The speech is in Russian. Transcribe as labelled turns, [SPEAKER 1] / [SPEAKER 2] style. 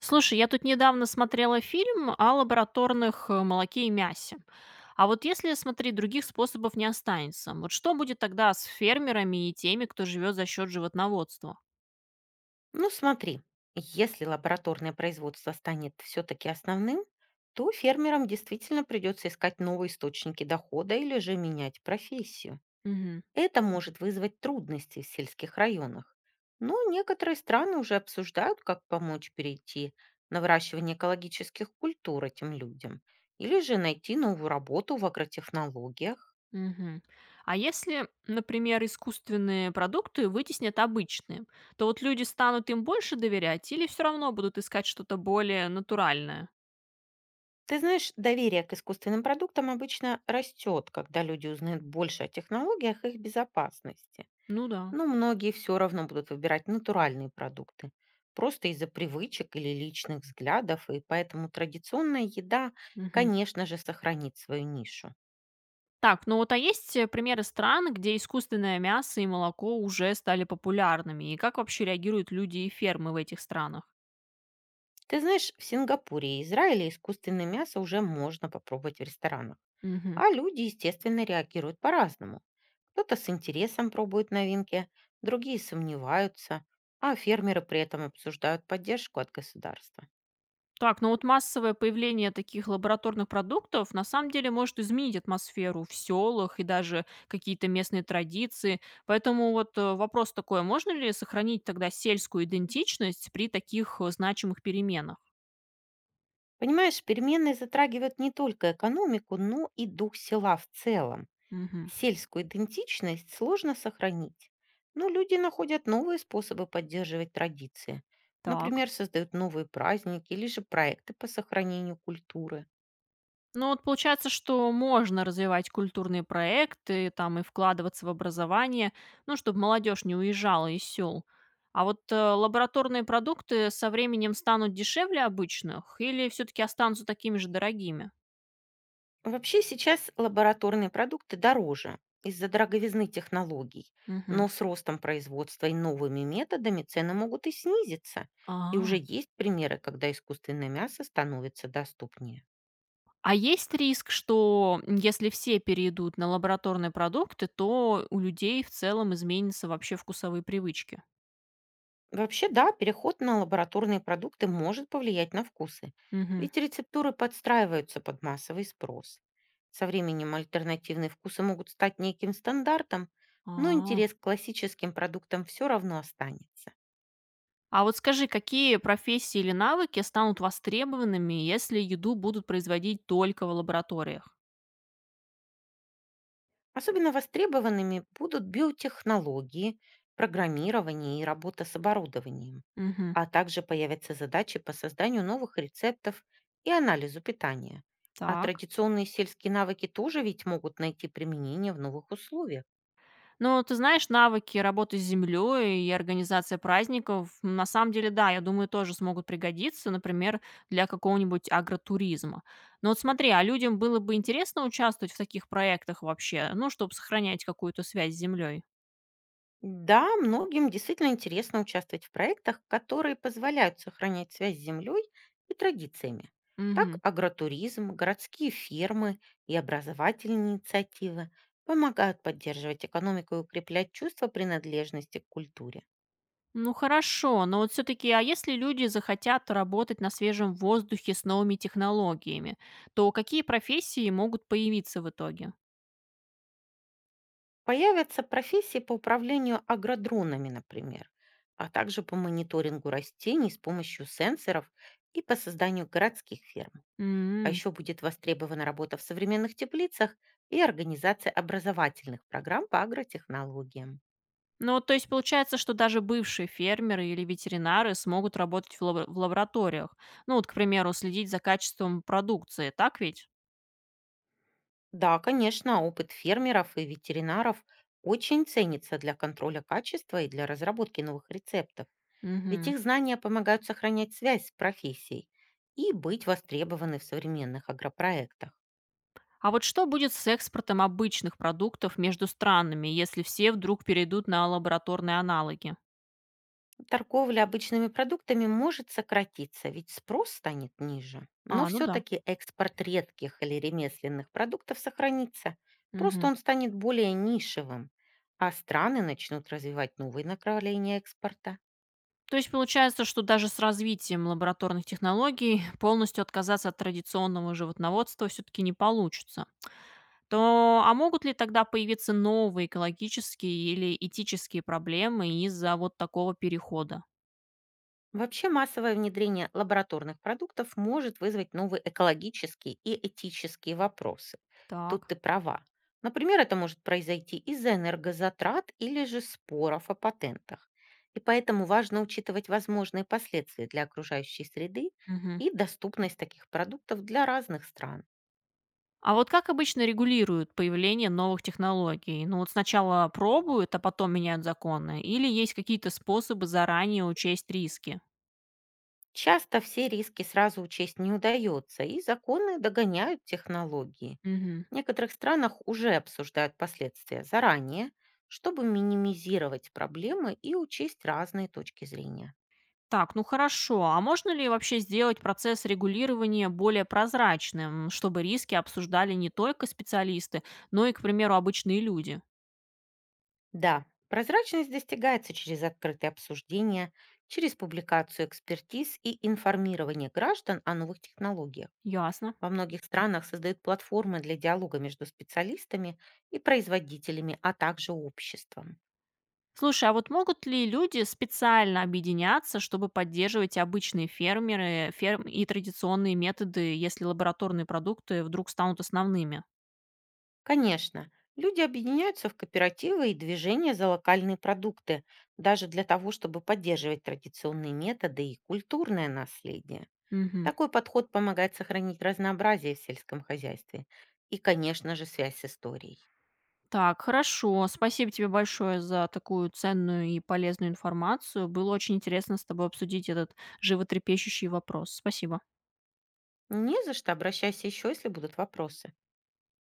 [SPEAKER 1] Слушай, я тут недавно смотрела фильм о лабораторных молоке и мясе. А вот если, смотри, других способов не останется, вот что будет тогда с фермерами и теми, кто живет за счет животноводства?
[SPEAKER 2] Ну, смотри, если лабораторное производство станет все-таки основным, то фермерам действительно придется искать новые источники дохода или же менять профессию.
[SPEAKER 1] Мгм,
[SPEAKER 2] Это может вызвать трудности в сельских районах. Но некоторые страны уже обсуждают, как помочь перейти на выращивание экологических культур этим людям или же найти новую работу в агротехнологиях.
[SPEAKER 1] мгм. А если, например, искусственные продукты вытеснят обычные, то вот люди станут им больше доверять или все равно будут искать что-то более натуральное?
[SPEAKER 2] Ты знаешь, доверие к искусственным продуктам обычно растет, когда люди узнают больше о технологиях и их безопасности.
[SPEAKER 1] Ну да.
[SPEAKER 2] Но многие все равно будут выбирать натуральные продукты, просто из-за привычек или личных взглядов, и поэтому традиционная еда,
[SPEAKER 1] Мгм.
[SPEAKER 2] конечно же, сохранит свою нишу.
[SPEAKER 1] Так, ну вот а есть примеры стран, где искусственное мясо и молоко уже стали популярными? И как вообще реагируют люди и фермы в этих странах?
[SPEAKER 2] Ты знаешь, в Сингапуре и Израиле искусственное мясо уже можно попробовать в ресторанах.
[SPEAKER 1] Мгм.
[SPEAKER 2] А люди, естественно, реагируют по-разному. Кто-то с интересом пробует новинки, другие сомневаются, а фермеры при этом обсуждают поддержку от государства.
[SPEAKER 1] Так, ну вот массовое появление таких лабораторных продуктов на самом деле может изменить атмосферу в селах и даже какие-то местные традиции. Поэтому вот вопрос такой, а можно ли сохранить тогда сельскую идентичность при таких значимых переменах?
[SPEAKER 2] Понимаешь, перемены затрагивают не только экономику, но и дух села в целом.
[SPEAKER 1] Мгм.
[SPEAKER 2] Сельскую идентичность сложно сохранить, но люди находят новые способы поддерживать традиции.
[SPEAKER 1] Так.
[SPEAKER 2] Например, создают новые праздники или же проекты по сохранению культуры.
[SPEAKER 1] Ну вот получается, что можно развивать культурные проекты там и вкладываться в образование, ну, чтобы молодежь не уезжала из сел. А вот лабораторные продукты со временем станут дешевле обычных или все-таки останутся такими же дорогими?
[SPEAKER 2] Вообще сейчас лабораторные продукты дороже из-за дороговизны технологий,
[SPEAKER 1] Мгм.
[SPEAKER 2] но с ростом производства и новыми методами цены могут и снизиться. И уже
[SPEAKER 1] А.
[SPEAKER 2] есть примеры, когда искусственное мясо становится доступнее.
[SPEAKER 1] А есть риск, что если все перейдут на лабораторные продукты, то у людей в целом изменятся вообще вкусовые привычки?
[SPEAKER 2] Вообще, да, переход на лабораторные продукты может повлиять на вкусы,
[SPEAKER 1] Мгм.
[SPEAKER 2] ведь рецептуры подстраиваются под массовый спрос. Со временем альтернативные вкусы могут стать неким стандартом, но
[SPEAKER 1] А.
[SPEAKER 2] интерес к классическим продуктам все равно останется.
[SPEAKER 1] А вот скажи, какие профессии или навыки станут востребованными, если еду будут производить только в лабораториях?
[SPEAKER 2] Особенно востребованными будут биотехнологии, программирование и работа с оборудованием,
[SPEAKER 1] Мгм.
[SPEAKER 2] а также появятся задачи по созданию новых рецептов и анализу питания. А
[SPEAKER 1] Так.
[SPEAKER 2] традиционные сельские навыки тоже ведь могут найти применение в новых условиях.
[SPEAKER 1] Ну, ты знаешь, навыки работы с землей и организация праздников, на самом деле, да, я думаю, тоже смогут пригодиться, например, для какого-нибудь агротуризма. Но вот смотри, а людям было бы интересно участвовать в таких проектах вообще, ну, чтобы сохранять какую-то связь с землей?
[SPEAKER 2] Да, многим действительно интересно участвовать в проектах, которые позволяют сохранять связь с землей и традициями. Так агротуризм, городские фермы и образовательные инициативы помогают поддерживать экономику и укреплять чувство принадлежности к культуре.
[SPEAKER 1] Ну хорошо, но вот все-таки, а если люди захотят работать на свежем воздухе с новыми технологиями, то какие профессии могут появиться в итоге?
[SPEAKER 2] Появятся профессии по управлению агродронами, например, а также по мониторингу растений с помощью сенсоров и по созданию городских ферм. А
[SPEAKER 1] М.
[SPEAKER 2] еще будет востребована работа в современных теплицах и организация образовательных программ по агротехнологиям.
[SPEAKER 1] Ну, то есть получается, что даже бывшие фермеры или ветеринары смогут работать в лабораториях. Ну, вот, к примеру, следить за качеством продукции, так ведь?
[SPEAKER 2] Да, конечно, опыт фермеров и ветеринаров очень ценится для контроля качества и для разработки новых рецептов, ведь
[SPEAKER 1] Мгм.
[SPEAKER 2] их знания помогают сохранять связь с профессией и быть востребованы в современных агропроектах.
[SPEAKER 1] А вот что будет с экспортом обычных продуктов между странами, если все вдруг перейдут на лабораторные аналоги?
[SPEAKER 2] Торговля обычными продуктами может сократиться, ведь спрос станет ниже. Но
[SPEAKER 1] А, ну да.
[SPEAKER 2] все-таки экспорт редких или ремесленных продуктов сохранится. Просто
[SPEAKER 1] Мгм.
[SPEAKER 2] он станет более нишевым, а страны начнут развивать новые направления экспорта.
[SPEAKER 1] То есть получается, что даже с развитием лабораторных технологий полностью отказаться от традиционного животноводства все-таки не получится. То а могут ли тогда появиться новые экологические или этические проблемы из-за вот такого перехода?
[SPEAKER 2] Вообще массовое внедрение лабораторных продуктов может вызвать новые экологические и этические вопросы. Тут
[SPEAKER 1] Так.
[SPEAKER 2] ты права. Например, это может произойти из-за энергозатрат или же споров о патентах. И поэтому важно учитывать возможные последствия для окружающей среды
[SPEAKER 1] Мгм.
[SPEAKER 2] и доступность таких продуктов для разных стран.
[SPEAKER 1] А вот как обычно регулируют появление новых технологий? Ну вот сначала пробуют, а потом меняют законы? Или есть какие-то способы заранее учесть риски?
[SPEAKER 2] Часто все риски сразу учесть не удается, и законы догоняют технологии.
[SPEAKER 1] Мгм.
[SPEAKER 2] В некоторых странах уже обсуждают последствия заранее, чтобы минимизировать проблемы и учесть разные точки зрения.
[SPEAKER 1] Так, ну хорошо. А можно ли вообще сделать процесс регулирования более прозрачным, чтобы риски обсуждали не только специалисты, но и, к примеру, обычные люди?
[SPEAKER 2] Да, прозрачность достигается через открытые обсуждения, через публикацию экспертиз и информирование граждан о новых технологиях.
[SPEAKER 1] Ясно.
[SPEAKER 2] Во многих странах создают платформы для диалога между специалистами и производителями, а также обществом.
[SPEAKER 1] Слушай, а вот могут ли люди специально объединяться, чтобы поддерживать и обычные фермеры ферм и традиционные методы, если лабораторные продукты вдруг станут основными?
[SPEAKER 2] Конечно, люди объединяются в кооперативы и движения за локальные продукты, даже для того, чтобы поддерживать традиционные методы и культурное наследие.
[SPEAKER 1] Мгм.
[SPEAKER 2] Такой подход помогает сохранить разнообразие в сельском хозяйстве и, конечно же, связь с историей.
[SPEAKER 1] Так, хорошо. Спасибо тебе большое за такую ценную и полезную информацию. Было очень интересно с тобой обсудить этот животрепещущий вопрос. Спасибо.
[SPEAKER 2] Не за что, обращайся еще, если будут вопросы.